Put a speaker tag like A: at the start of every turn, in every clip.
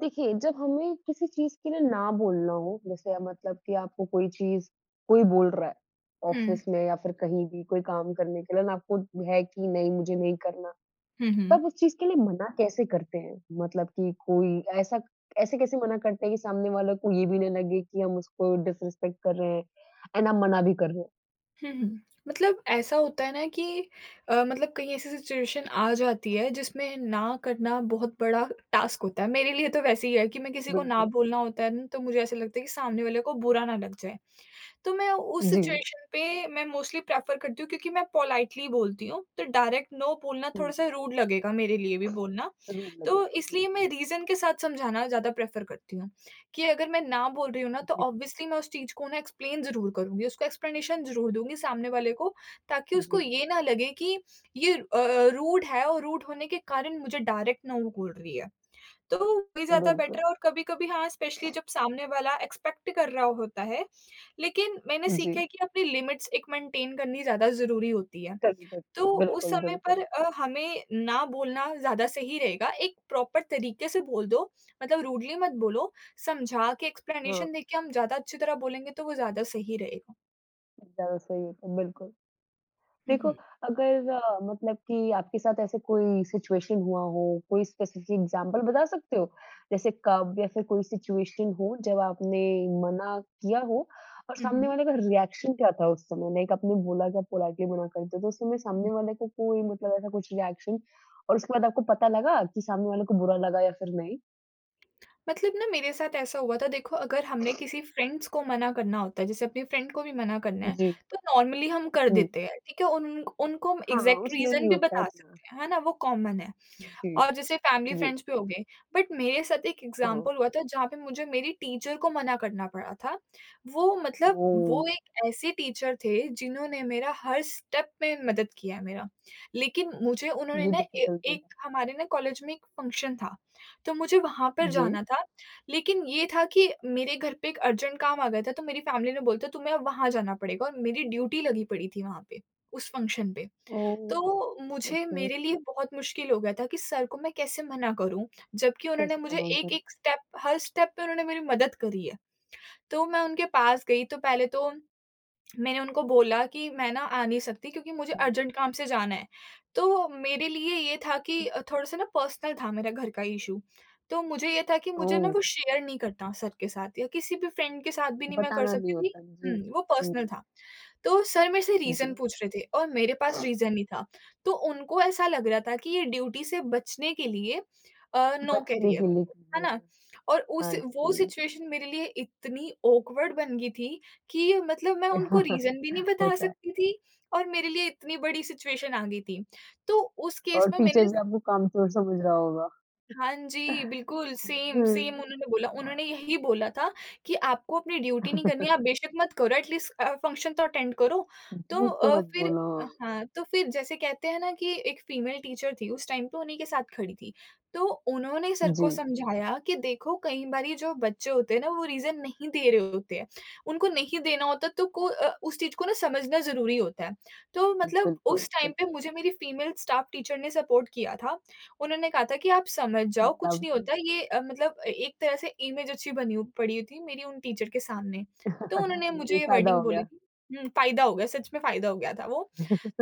A: देखिए, जब हमें किसी चीज़ के लिए ना बोलना हो, जैसे अब मतलब कि आपको कोई चीज़ कोई बोल रहा है,
B: हुँ।
A: ऑफ़िस में या फिर कहीं भी कोई काम करने के लिए ना आपको है कि नहीं मुझे नहीं करना,
B: हुँ, हुँ।
A: तब उस चीज़ के लिए मना कैसे करते हैं? मतलब कि कोई ऐसा ऐसे कैसे मना करते हैं कि सामने वाले को ये भी ना लगे कि हम उसको डिसरिस्पेक्ट कर रहे हैं एंड हम मना भी कर रहे हैं?
B: हुँ, हुँ। मतलब ऐसा होता है ना कि मतलब कहीं ऐसी सिचुएशन आ जाती है जिसमें ना करना बहुत बड़ा टास्क होता है। मेरे लिए तो वैसे ही है कि मैं किसी को ना
A: बिल्कुल।
B: बोलना होता है ना तो मुझे ऐसा लगता है कि सामने वाले को बुरा ना लग जाए। तो मैं उस
A: जी।
B: सिचुएशन पे मैं मोस्टली प्रेफ़र करती हूँ क्योंकि मैं पोलाइटली बोलती हूँ। तो डायरेक्ट नो बोलना
A: हुँ,
B: थोड़ा-सा रूड लगेगा मेरे लिए भी बोलना।
A: रूड
B: तो
A: लगेगा। जी,
B: इसलिए मैं रीज़न के साथ समझाना ज़्यादा प्रेफ़र करती हूँ। कि अगर मैं ना बोल रही हूँ ना तो
A: जी,
B: ऑब्वियसली मैं उस चीज़ को ना एक्सप्लेन ज़रूर करूँगी, उसको एक्सप्लेनेशन ज़रूर दूँगी सामने वाले को ताकि उसको
A: जी,
B: ये ना लगे कि ये रूड है और रूड होने के कारण मुझे डायरेक्ट ना वो बोल रही है। तो वही ज़्यादा बेटर
A: बिल्कुल।
B: है और कभी-कभी हाँ, स्पेशली जब सामने वाला एक्सपेक्ट कर रहा होता है, लेकिन मैंने सीखा
A: जी,
B: है कि अपनी लिमिट्स एक मेंटेन करनी ज़्यादा ज़रूरी होती है।
A: करनी पड़ती
B: तो
A: है।
B: उस
A: बिल्कुल,
B: समय पर
A: बिल्कुल।
B: हमें ना बोलना ज़्यादा सही रहेगा। एक प्रॉपर तरीके से बोल दो, मतलब रूडली मत बोलो, समझा के
A: हाँ।
B: एक्सप्लेनेशन देके हम ज़्यादा अच्छी तरह बोलेंगे तो वो ज़्यादा सही रहेगा।
A: ज़्यादा सही होता है, बिल्कुल।
B: हुँ,
A: देखो
B: हुँ।
A: अगर मतलब कि आपके साथ ऐसे कोई सिचुएशन हुआ हो, कोई स्पेसिफ़िक एग्ज़ाम्पल बता सकते हो? जैसे कब या फिर कोई सिचुएशन हो जब आपने मना किया हो और
B: हुँ,
A: सामने
B: हुँ,
A: वाले का रिएक्शन क्या था उस समय? लाइक आपने बोला कि आप पोलाइटली मना कर दो, तो उस समय
B: हुँ।
A: सामने वाले को कोई मतलब ऐसा कुछ रिएक्शन और उसके बाद आपको पता लगा कि सामने वाले को बुरा लगा या फिर नहीं?
B: मतलब ना मेरे साथ ऐसा हुआ था देखो अगर हमने किसी फ्रेंड्स को मना करना होता है, जैसे अपनी फ्रेंड को भी मना करना है,
A: जी।
B: तो नॉर्मली हम कर
A: हुँ।
B: देते हैं, ठीक है? उन उनको हम
A: हाँ,
B: एग्ज़ैक्ट
A: उसमें
B: रीज़न
A: नहीं
B: भी
A: होता है
B: बता
A: इतना।
B: सकते हैं, है ना? वो कॉमन है।
A: जी,
B: और जैसे फैमिली
A: जी।
B: फ्रेंड्स भी हो गए। बट मेरे साथ एक
A: हाँ।
B: एग्ज़ाम्पल हुआ था जहाँ पे मुझे मेरी टीचर को मना करना पड़ा था। वो मतलब
A: ओह!
B: वो एक ऐसे टीचर थे जिन्होंने मेरा हर स्टेप में मदद किया है मेरा। लेकिन मुझे उन्होंने
A: ये
B: ना ए
A: डिफ़िकल्ट हो
B: एक हमारे ना कॉलेज में एक फंक्शन था, तो मुझे वहाँ पर
A: जी।
B: जाना था। लेकिन ये था कि मेरे घर पे एक अर्जेंट काम आ गया था तो मेरी फैमिली ने बोला था तुम्हें अब वहाँ जाना पड़ेगा और मेरी ड्यूटी लगी पड़ी थी वहाँ पे, उस फंक्शन पे।
A: ओह!
B: तो मुझे
A: ओके,
B: मेरे लिए बहुत मुश्किल हो गया था कि सर को मैं कैसे मना करूँ, जबकि उन्होंने
A: कैसे
B: मुझे
A: बनाया ज़रा?
B: एक-एक स्टेप हर स्टेप पे उन्होंने मेरी मदद करी है। तो मैं उनके पास गई तो पहले तो मैंने उनको बोला कि मैं ना आ नहीं सकती क्योंकि मुझे
A: हुँ,
B: अर्जेंट काम से जाना है। तो मेरे लिए ये था कि थोड़ा-सा ना पर्सनल था मेरा घर का इश्यू। तो मुझे ये था कि मुझे ना वो
A: ओह!
B: शेयर नहीं करना सर के साथ या किसी भी फ्रेंड के साथ भी नहीं मैं कर
A: बताना नहीं
B: सकती थी।
A: होता। जी,
B: हुँ, वो
A: हुँ,
B: पर्सनल था। तो सर मेरे से रीज़न
A: जी,
B: पूछ रहे थे और मेरे पास रीज़न नहीं था। तो उनको ऐसा लग रहा था कि ये ड्यूटी से बचने के लिए नो कह रही
A: बचने के लिए कर
B: है
A: रहे
B: ना?
A: हैं।
B: और उस
A: हाँ
B: वो
A: जी,
B: सिचुएशन मेरे लिए इतनी ऑकवर्ड बन गई थी कि मतलब मैं उनको रीज़न भी नहीं बता
A: होता है
B: सकती थी और मेरे लिए इतनी बड़ी सिचुएशन आ गई थी। तो उस केस
A: और
B: में
A: टीचर
B: मैंने
A: भी आपको कामचोर समझ रहा होगा।
B: हाँ जी, बिल्कुल सेम, सेम
A: हुँ,
B: हुँ। उन्होंने बोला। उन्होंने यही बोला था कि आपको अपनी ड्यूटी नहीं करनी है, आप बेशक मत करो एटलीस्ट फ़ंक्शन तो अटेंड करो। तो
A: झूठ तो मत
B: फिर
A: बोलो।
B: हाँ, तो फिर जैसे कहते हैं ना कि एक फीमेल टीचर थी उस टाइम पे उन्हीं के साथ खड़ी थी। तो उन्होंने सर को
A: जी,
B: समझाया कि देखो कई बारी जो बच्चे होते हैं ना वो रीज़न नहीं दे रहे होते हैं। उनको नहीं देना होता तो उस चीज़ को ना समझना ज़रूरी होता है। तो मतलब
A: बिल्कुल,
B: उस टाइम पे
A: बिल्कुल,
B: मुझे मेरी फीमेल स्टाफ टीचर ने सपोर्ट किया था। उन्होंने कहा था कि आप समझ जाओ, कुछ नहीं
A: लवली।
B: होता ये मतलब ए एक तरह से इमेज अच्छी बनी हु पड़ी हुई थी मेरी उन टीचर के सामने। तो उन्होंने मुझे
A: ये
B: ये
A: फ़ायदा
B: वर्डिंग
A: हो
B: बोली
A: गया,
B: थी हुँ, फ़ायदा हो गया, सच में फ़ायदा हो गया था वो।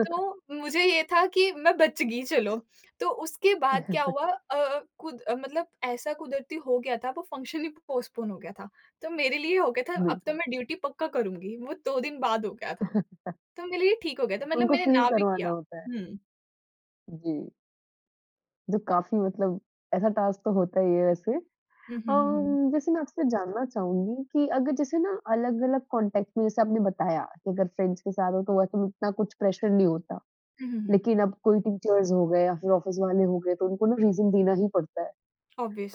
B: तो मुझे ये था कि मैं बच गई चलो। तो उसके बाद क्या हुआ मतलब ऐसा कुदरती हो गया था वो फ़ंक्शन ही पोस्टपोन हो गया था। तो मेरे लिए हो गया था अब तो
A: बिल्कुल।
B: मैं ड्यूटी पक्का करूँगी, वो 2 दिन बाद हो गया था। तो मेरे लिए ठीक हो गया था मतलब
A: उनको
B: मैंने
A: फ़ील
B: ना भी किया
A: करवाना होता है।
B: हुँ।
A: जी, जो काफ़ी मतलब ऐसा टास्क तो होता ही है वैसे।
B: हुँ, हुँ, हुँ, हुँ।
A: जैसे मैं आपसे जानना चाहूँगी कि अगर जैसे ना अलग-अलग कॉन्टेक्स्ट में जैसे आपने बताया कि अगर फ्रेंड्स के साथ हो तो वैसे तो इतना कुछ प्रेशर नहीं होता।
B: हुँ, हुँ, हुँ।
A: लेकिन अब कोई टीचर्स हो गए या फिर ऑफ़िस वाले हो गए तो उनको ना रीज़न देना ही पड़ता है।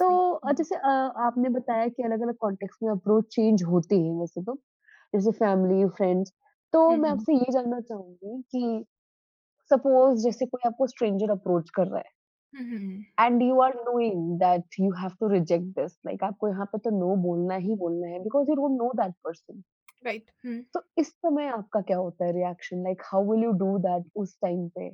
A: तो अ,
B: हुँ।
A: जैसे अ, आपने बताया कि अलग-अलग कॉन्टेक्स्ट में अप्रोच चेंज होते हैं वैसे तो, जैसे फैमिली, फ्रेंड्स।
B: हुँ,
A: तो मैं
B: हुँ।
A: आपसे ये जानना चाहूँगी कि सपोज़ जैसे कोई आपको स्ट्रेंजर अप्रोच कर रहा है।
B: Hmm, hmm.
A: And you are knowing that you have to reject this like आपको यहाँ पे तो नो बोलना ही बोलना है because you don't know that person.
B: Right. Hmm,
A: तो इस समय आपका क्या होता है reaction like how will you do that उस टाइम पे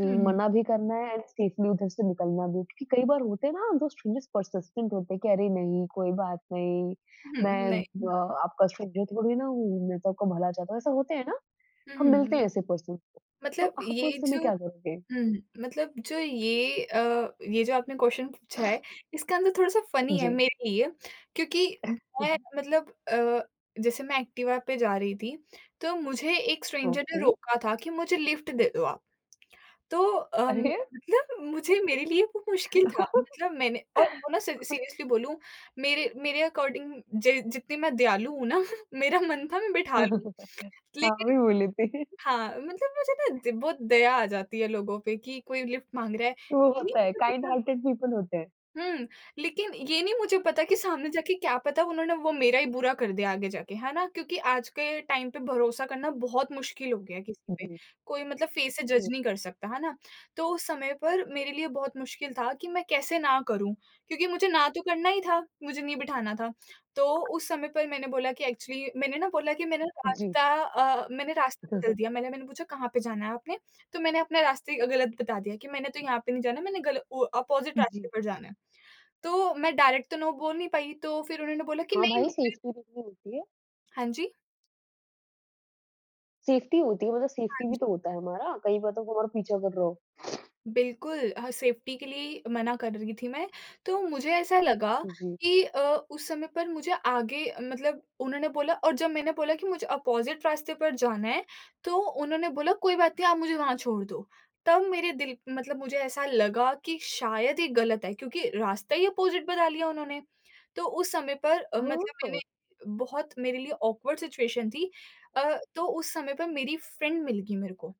A: कि
B: हुँ,
A: मना भी करना है एंड सेफली उधर से निकलना भी? क्योंकि कई बार होते हैं ना जो स्ट्रेंजर्स पर्सिस्टेंट होते हैं कि अरे नहीं, कोई बात नहीं,
B: हुँ,
A: मैं
B: नहीं।
A: आपका स्ट्रेंजर थोड़ी ना हूँ, मैं तो आपका भला चाहता हूँ, ऐसा होते हैं ना?
B: हुँ,
A: हम मिलते हैं
B: हुँ।
A: ऐसे पर्सन। तो
B: मतलब
A: आप
B: ये
A: उस समय
B: जो
A: क्या करोगे?
B: हुँ, मतलब जो ये अ, ये जो आपने क्वेश्चन पूछा है, इसका आंसर थोड़ा-सा फ़नी है
A: जी,
B: मेरे लिए क्योंकि जैसे मैं एक्टिवा पे जा रही थी, तो मुझे एक स्ट्रेंजर ने
A: ओके।
B: रोका था कि मुझे लिफ्ट दे दो आप। तो
A: अरे!
B: मतलब मुझे मेरे लिए वो मुश्किल था मतलब मैंने और वो ना सी सीरियसली बोलूँ मेरे मेरे अकॉर्डिंग जि जितनी मैं दयालु हूँ ना मेरा मन था मैं बिठा लूँ।
A: हाँ,
B: लेकिन
A: अभी बोले थे।
B: हाँ, मतलब मुझे ना द बहुत दया आ जाती है लोगों पे कि कोई लिफ्ट माँग रहा है।
A: वो
B: नहीं नहीं,
A: होता है,
B: मुझे
A: काइंड हार्टेड पीपल होते हैं।
B: हुँ, लेकिन ये नहीं मुझे पता कि सामने जाके क्या पता उन्होंने वो मेरा ही बुरा कर दिया आगे जाके, है ना? क्योंकि आज के टाइम पे भरोसा करना बहुत मुश्किल हो गया है किसी पे।
A: जी,
B: कोई मतलब फेस से जज
A: जी,
B: नहीं कर सकता, है ना? तो उस समय पर मेरे लिए बहुत मुश्किल था कि मैं कैसे ना करूँ, क्योंकि मुझे ना तो करना ही था, मुझे नहीं बिठाना था। तो उस समय पर मैंने बोला कि एक्चुअली मैंने ना बोला कि
A: जी।
B: मैंने रास्ता बदल दिया। मैंने मैंने पूछा, "कहाँ पे जाना है आपने?" तो मैंने अपना रास्ते गलत बता दिया कि मैंने तो यहाँ पे नहीं जाना, मैंने गल ओ अपोज़िट रास्ते
A: जी।
B: पर जाना है। तो मैं डायरेक्ट तो नो बोल नहीं पाई, तो फिर उन्होंने बोला कि
A: हाँ
B: नहीं
A: भाई,
B: मुझे
A: सेफ्टी कितनी होती है।
B: हाँ जी,
A: सेफ्टी होती है मतलब
B: हाँ
A: सेफ्टी भी
B: जी।
A: तो होता है हमारा, कहीं पता हो हमारा पीछा कर रहा हो।
B: बिल्कुल, हाँ, सेफ्टी के लिए ही मना कर रही थी मैं, तो मुझे ऐसा हुँ। लगा
A: जी।
B: कि उस समय पर मुझे आगे मतलब उन्होंने बोला और जब मैंने बोला कि मुझे अपोज़िट रास्ते पर जाना है, तो उन्होंने बोला, "कोई बात नहीं, आप मुझे वहाँ छोड़ दो।" तब मेरे दिल मतलब मुझे ऐसा लगा कि शायद ये गलत है क्योंकि रास्ता ही अपोज़िट बता लिया उन्होंने। तो उस समय पर अ, मतलब मैंने
A: हाँ,
B: बहुत मेरे लिए ऑकवर्ड सिचुएशन थी तो उस समय पर मेरी फ्रेंड मिल गई मेरे को।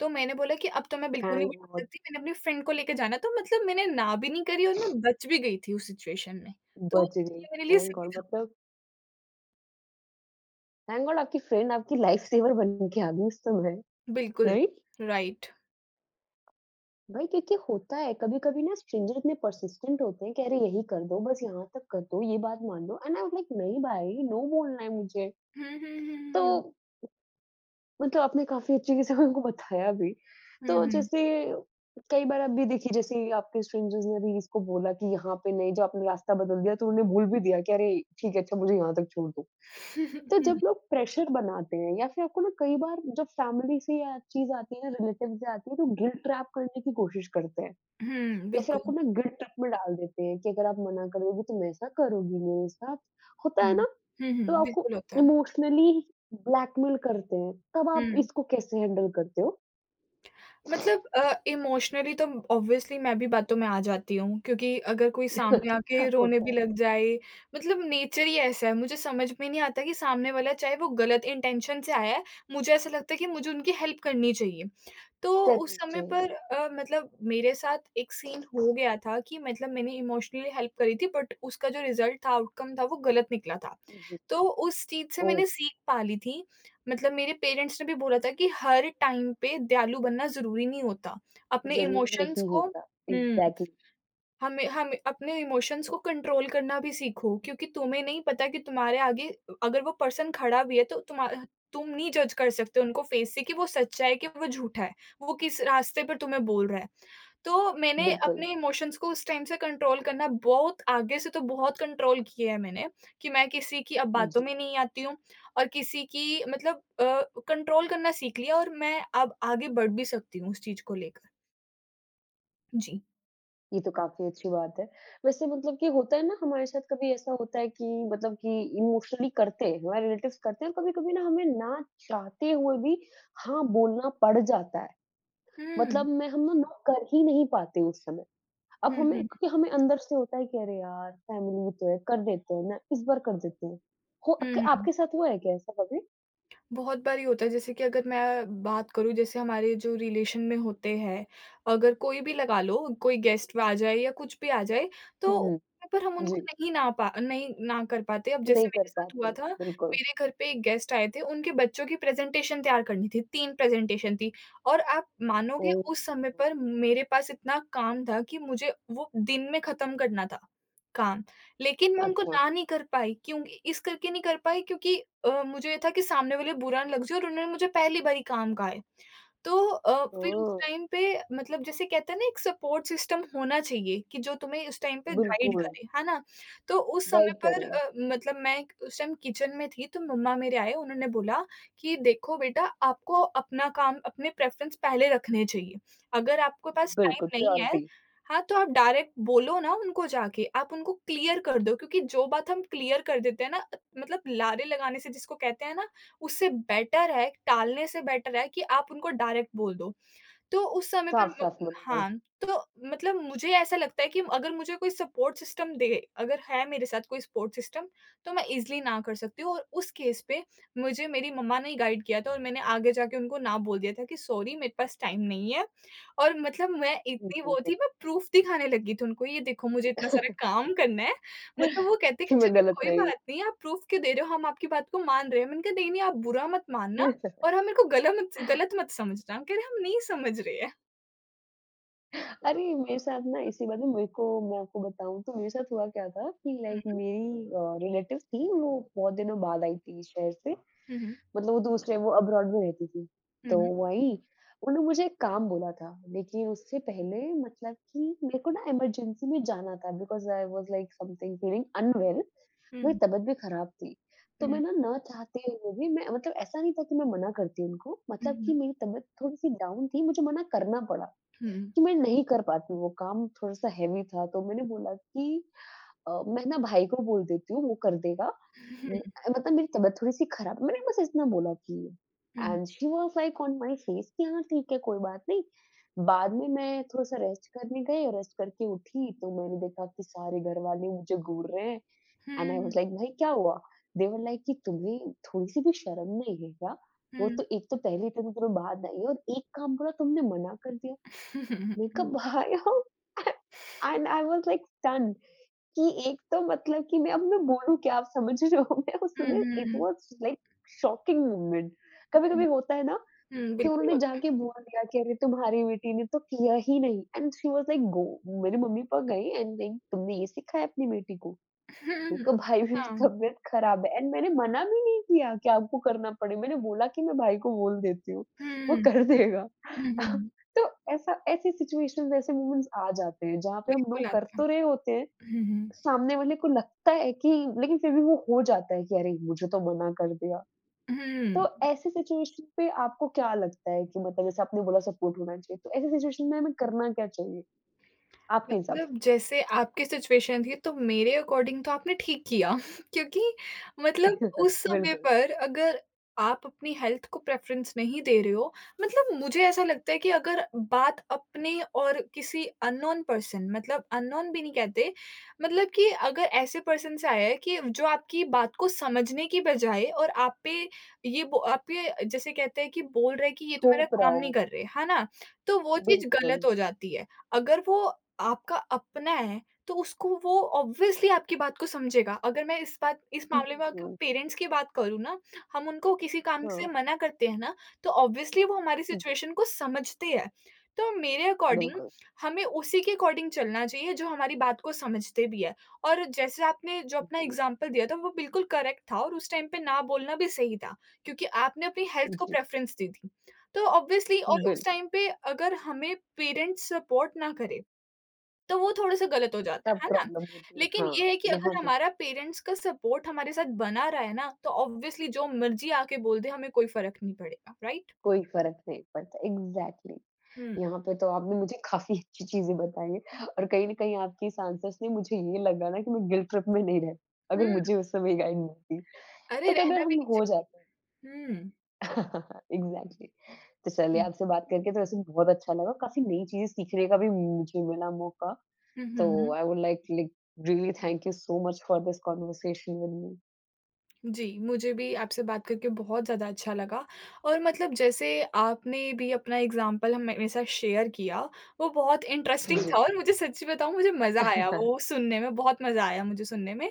B: तो मैंने बोला कि अब तो मैं बिल्कुल नहीं
A: थैंक
B: बिठा
A: गॉड
B: सकती, मैंने अपनी फ्रेंड को लेके जाना तो मतलब मैंने ना भी नहीं करी और मैं बच भी गई थी उस सिचुएशन में। तो
A: बच गई,
B: ये मेरे लिए
A: थैंक
B: सही
A: गॉड
B: था।
A: मतलब थैंक गॉड आपकी फ्रेंड आपकी लाइफ सेवर बन के आ गई उस समय,
B: बिल्कुल,
A: नहीं?
B: राइट।
A: भाई क्योंकि होता है, कभी-कभी ना स्ट्रेंजर इतने पर्सिस्टेंट होते हैं कि अरे यही कर दो, बस यहाँ तक कर दो, ये बात मान लो एंड आई वाज़ लाइक नहीं भाई, नो बोलना है मुझे।
B: हुँ, हुँ, हुँ,
A: तो
B: हुँ, हुँ।
A: मतलब आपने काफ़ी अच्छे से हमको बताया भी।
B: हुँ,
A: तो
B: हुँ।
A: जैसे कई बार आप भी देखिए जैसे आपके स्ट्रेंजर्स ने भी इसको बोला कि यहाँ पे नहीं जब आपने रास्ता बदल दिया तो उन्होंने भूल भी दिया कि अरे ठीक है अच्छा मुझे यहाँ तक छोड़ दो। तो जब लोग प्रेशर बनाते हैं या फिर आपको ना कई बार जब फैमिली से या चीज़ आती है ना रिलेटिव से आती है तो गिल्ट ट्रैप करने की कोशिश करते हैं
B: हुँ, हुँ,
A: या फिर आपको
B: बिल्कुल।
A: ना गिल्ट ट्रैप में डाल देते हैं कि अगर आप मना करोगी तो मैं ऐसा करूँगी मेरे साथ। होता
B: हुँ।
A: है ना?
B: हुँ,
A: तो
B: हुँ,
A: आपको
B: बिल्कुल होता है।
A: इमोशनली ब्लैकमेल करते हैं, तब आप
B: हुँ।
A: इसको कैसे हैंडल करते हो?
B: मतलब इमोशनली तो ऑब्वियसली मैं भी बातों में आ जाती हूँ क्योंकि अगर कोई सामने आके रोने
A: होता
B: भी
A: है,
B: लग जाए मतलब नेचर ही ऐसा है मुझे समझ में नहीं आता कि सामने वाला चाहे वो गलत इंटेंशन से आया है मुझे ऐसा लगता है कि मुझे उनकी हेल्प करनी चाहिए तो उस
A: करनी
B: समय
A: चाहिए।
B: पर मतलब मेरे साथ एक सीन हो गया था कि मतलब मैंने इमोशनली हेल्प करी थी बट उसका जो रिज़ल्ट था, आउटकम था वो गलत निकला था।
A: जी,
B: तो उस चीज़ से
A: ओ
B: मैंने सीख पा ली थी। मतलब मेरे पेरेंट्स ने भी बोला था कि हर टाइम पे दयालु बनना ज़रूरी नहीं होता। अपने
A: ज़रूर
B: इमोशंस
A: नहीं
B: को
A: होता।
B: हुँ।
A: एग्ज़ैक्टली,
B: हमें हमें अपने इमोशंस को कंट्रोल करना भी सीखो क्योंकि तुम्हें नहीं पता कि तुम्हारे आगे अगर वो पर्सन खड़ा भी है तो तुम नहीं जज कर सकते उनको फेस से कि वो सच्चा है कि वो झूठा है, वो किस रास्ते पर तुम्हें बोल रहा है। तो मैंने
A: बिल्कुल।
B: अपने इमोशंस को उस टाइम से कंट्रोल करना बहुत आगे से तो बहुत कंट्रोल किया है मैंने कि मैं किसी की अब बातों
A: जी,
B: में नहीं आती हूँ और किसी की मतलब कंट्रोल करना सीख लिया और मैं अब आगे बढ़ भी सकती हूँ उस चीज़ को लेकर। जी।
A: ये तो काफ़ी अच्छी बात है। वैसे मतलब कि होता है ना हमारे साथ कभी ऐसा होता है कि मतलब कि इमोशनली करते हैं, हमारे रिलेटिव्स करते हैं और कभी-कभी ना हमें ना चाहते हुए भी हाँ बोलना पड़ जाता है।
B: हुँ।
A: मतलब मैं हम ना, ना कर ही नहीं पाते उस समय। अब
B: हुँ,
A: हमें
B: हुँ।
A: क्योंकि हमें अंदर से होता है कि अरे यार फैमिली भी तो है, कर देते हैं ना, इस बार कर देते हैं। हो
B: हुँ,
A: क
B: हुँ।
A: आपके साथ हुआ है क्या ऐसा कभी?
B: बहुत बारी होता है जैसे कि अगर मैं बात करूँ जैसे हमारे जो रिलेशन में होते हैं, अगर कोई भी लगा लो, कोई गेस्ट आ जाए या कुछ भी आ जाए, तो
A: हुँ,
B: वहाँ पर हम उनको
A: जी।
B: नहीं ना कर पाते। अब जैसे
A: नहीं
B: मेरे
A: कर
B: साथ हुआ
A: पाते,
B: था,
A: बिल्कुल।
B: मेरे घर पे एक गेस्ट आए थे, उनके बच्चों की प्रेज़ेंटेशन तैयार करनी थी, 3 प्रेज़ेंटेशन थी और आप मानोगे
A: ओह!
B: उस समय पर मेरे पास इतना काम था कि मुझे वो दिन में ख़त्म करना था, काम। लेकिन मैं उनको
A: अच्छा।
B: ना नहीं कर पाई क्योंकि इस करके नहीं कर पाई क्योंकि मुझे ये था कि सामने वाले बुरा ना लग जाए और उन्होंने मुझे पहली बार ही काम कहा है। तो फिर उस
A: ओह!
B: टाइम पे मतलब जैसे कहते हैं ना एक सपोर्ट सिस्टम होना चाहिए कि जो तुम्हें उस टाइम पे गाइड
A: बिल्कुल,
B: करे, है ना? तो उस समय
A: गाइड
B: पर
A: करें।
B: मतलब मैं एक उस टाइम किचन में थी तो मम्मा मेरे आए उन्होंने बोला कि देखो बेटा आपको अपना काम अपने प्रेफ़रेंस पहले रखने चाहिए। अगर आपके पास
A: बिल्कुल,
B: टाइम नहीं है
A: प्रायोरिटी,
B: हाँ, तो आप डायरेक्ट बोलो ना उनको जाके, आप उनको क्लियर कर दो क्योंकि जो बात हम क्लियर कर देते हैं ना मतलब लारे लगाने से जिसको कहते हैं ना उससे बेटर है टालने से बेटर है कि आप उनको डायरेक्ट बोल दो। तो उस समय पर म
A: साफ-साफ मना करो।
B: हाँ, तो मतलब मुझे ऐसा लगता है कि अगर मुझे कोई सपोर्ट सिस्टम दे अगर है मेरे साथ कोई सपोर्ट सिस्टम, तो मैं ईज़िली ना कर सकती हूँ और उस केस पे मुझे मेरी मम्मा ने ही गाइड किया था और मैंने आगे जाके उनको ना बोल दिया था कि सॉरी मेरे पास टाइम नहीं है और मतलब मैं
A: हुँ,
B: इतनी वो
A: बिल्कुल
B: थी मैं प्रूफ़ दिखाने लगी थी उनको, ये देखो मुझे इतना सारा काम करना है। मतलब वो कहते हैं
A: कि
B: कि
A: मैं
B: चलो
A: गलत
B: कोई
A: नहीं हूँ।
B: बात नहीं आप प्रूफ़ क्यों दे रहे हो? हम आपकी बात को मान रहे हैं। मैंने कहा नहीं, नहीं आप बुरा मत मानना और हाँ, मेरे को गला मत गलत मत समझना, हम कह रहे हैं हम नहीं समझ रहे हैं।
A: अरे मेरे साथ ना इसी बात में मेरे को मैं आपको बताऊँ तो मेरे साथ हुआ क्या था कि
B: हुँ,
A: लाइक
B: हुँ,
A: मेरी रिलेटिव थी, वो बहुत दिनों बाद आई थी शहर से
B: हुँ,
A: मतलब वो दूसरे वो अब्रॉड में रहती थी। तो
B: हुँ,
A: वही, उन्होंने मुझे एक काम बोला था, लेकिन उससे पहले मतलब कि मेरे को ना इमरजेंसी में जाना था because I was like something feeling unwell मेरी
B: हुँ,
A: तबीयत भी ख़राब थी। तो मैं
B: हुँ,
A: ना, ना चाहते हुए भी मैं मतलब ऐसा नहीं था कि मैं मना करती उनको,
B: हुँ,
A: मतलब कि
B: हुँ,
A: मेरी तबीयत थोड़ी-सी डाउन थी, मुझे मना करना पड़ा
B: हुँ,
A: कि मैं नहीं कर पाती वो काम थोड़ा-सा हेवी था। तो मैंने बोला कि मैं ना भाई को बोल देती हूँ वो कर देगा। उम,
B: हुँ,
A: मतलब मेरी तबीयत थोड़ी-सी खराब है मैंने बस इतना बोला कि
B: hmm,
A: and she was like on my face कि हाँ, ठीक है कोई बात नहीं। बाद में मैं थोड़ा-सा रेस्ट करने गई और रेस्ट करके उठी तो मैंने देखा कि सारे घरवाले मुझे घूर रहे हैं एंड आई वाज़ लाइक भाई क्या हुआ? दे वर लाइक कि तुम्हें थोड़ी-सी भी शर्म नहीं है क्या?
B: हुँ,
A: वो तो एक तो पहले इतनी दिनों बाद आई है और एक काम बोला तुमने मना कर दिया। मैंने कहा भाई and I was like stun कि एक तो मतलब कि मैं बोलूँ क्या आप समझ रहे हो? मैं उस समय it
B: hmm,
A: was like shocking moment.
B: हुँ,
A: कभी-कभी होता है ना
B: हुँ,
A: कि
B: बिल्कुल
A: उन्होंने
B: होता है।
A: जाके बोल दिया कि अरे तुम्हारी बेटी ने तो किया ही नहीं and she was like go मेरे मम्मी-पापा गए एंड लाइक तुमने ये सिखाया अपनी बेटी को? मैंने
B: हुँ,
A: कहा भाई मेरी
B: हाँ,
A: तबीयत खराब है एंड मैंने मना भी नहीं किया कि आपको करना पड़े। मैंने बोला कि मैं भाई को बोल देती हूँ, वो
B: हुँ,
A: कर देगा।
B: हुँ, हुँ,
A: तो ऐसा ऐसी सिचुएशंस ऐसे मोमेंट्स आ जाते हैं जहाँ पे हम नो
B: बिल्कुल
A: कर
B: आता है।
A: तो रहे होते हैं
B: हुँ, हुँ,
A: सामने वाले को लगता है कि लेकिन फिर भी वो हो जाता है कि अरे! मुझे तो मना कर दिया।
B: हुँ।
A: तो ऐसी सिचुएशन पे आपको क्या लगता है कि मतलब जैसे आपने बोला सपोर्ट होना चाहिए, तो ऐसी सिचुएशन में हमें करना क्या चाहिए आपके हिसाब से?
B: मतलब जैसे आपकी सिचुएशन थी तो मेरे अकॉर्डिंग तो आपने ठीक किया क्योंकि मतलब उस समय
A: बिल्कुल,
B: पर अगर आप अपनी हेल्थ को प्रेफरेंस नहीं दे रहे हो मतलब मुझे ऐसा लगता है कि अगर बात अपने और किसी अननोन पर्सन मतलब अननोन भी नहीं कहते मतलब कि अगर ऐसे पर्सन से आया है कि जो आपकी बात को समझने की बजाय और आप पे आप पे जैसे कहते हैं कि बोल रहे कि ये तो मेरा
A: थोप
B: काम नहीं
A: रहो।
B: कर रहे है ना तो वो चीज गलत
A: बिल्कुल,
B: हो जाती है अगर वो आपका अपना है, तो उसको वो ऑब्वियसली आपकी बात को समझेगा। अगर मैं इस मामले में अगर
A: बिल्कुल,
B: पेरेंट्स की बात करूँ ना, हम उनको किसी काम से
A: हाँ।
B: मना करते हैं ना, तो ऑब्वियसली वो हमारी
A: जी,
B: सिचुएशन को समझते हैं। तो मेरे अकॉर्डिंग
A: बिल्कुल,
B: हमें उसी के अकॉर्डिंग चलना चाहिए जो हमारी बात को समझते भी है। और जैसे आपने जो अपना
A: जी,
B: एग्ज़ाम्पल दिया था वो बिल्कुल करेक्ट था और उस टाइम पे ना बोलना भी सही था, क्योंकि आपने अपनी हेल्थ को
A: जी,
B: प्रेफ़रेंस दी थी। तो ऑब्वियसली और उस
A: बिल्कुल।
B: टाइम पे अगर हमें पेरेंट्स सपोर्ट ना करें तो वो थोड़ा-सा गलत हो जाता
A: तब
B: है ना?
A: प्रॉब्लम होती है।
B: लेकिन
A: हाँ,
B: ये है कि
A: यहाँ
B: अगर
A: पे
B: हमारा पेरेंट्स का सपोर्ट हमारे साथ बना रहा है ना, तो ऑब्वियसली जो मर्ज़ी आके बोल दे हमें कोई फ़र्क नहीं पड़ेगा, राइट?
A: कोई फ़र्क नहीं पड़ता। एग्ज़ैक्टली।
B: हुँ।
A: यहाँ पे तो आपने मुझे काफ़ी अच्छी चीज़ें बताई हैं और कहीं न कहीं आपकी इस आंसर से मुझे ये लगा ना कि मैं गिल्ट ट्रिप में नहीं रहती, अगर
B: हुँ,
A: मुझे उस समय गाइड मिलती, तो
B: अरे
A: कई बार
B: रहना भी
A: हम
B: नहीं
A: हो
B: चाहिए।
A: जाते हैं।
B: हुँ।
A: एग्ज़ैक्टली। तो चलिए आपसे बात करके तो वैसे बहुत अच्छा लगा, काफ़ी नई चीज़ें सीखने का भी मुझे मिला मौका,
B: हुँ, हुँ,
A: तो
B: hmm.
A: I would like like really thank you so much for this conversation with me.
B: जी, मुझे भी आपसे बात करके बहुत ज़्यादा अच्छा लगा और मतलब जैसे आपने भी अपना एग्ज़ाम्पल हम मेरे साथ शेयर किया, वो बहुत इंटरेस्टिंग
A: जी।
B: था और मुझे सच्ची बताऊँ मुझे मज़ा आया वो सुनने में, बहुत मज़ा आया मुझे सुनने में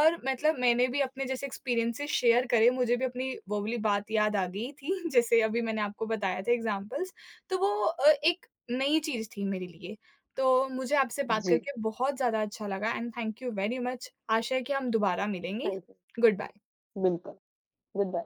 B: और मतलब मैंने भी अपने जैसे एक्सपीरियंसेस शेयर करे, मुझे भी अपनी वो वाली बात याद आ गई थी जैसे अभी मैंने आपको बताया था एग्ज़ाम्पल्स, तो वो एक नई चीज़ थी मेरे लिए। तो मुझे आपसे बात
A: जी,
B: करके बहुत ज़्यादा अच्छा लगा and thank you very much. आशा है कि हम दोबारा मिलेंगे।
A: Thank you.
B: Goodbye.
A: बिल्कुल, गुड बाय।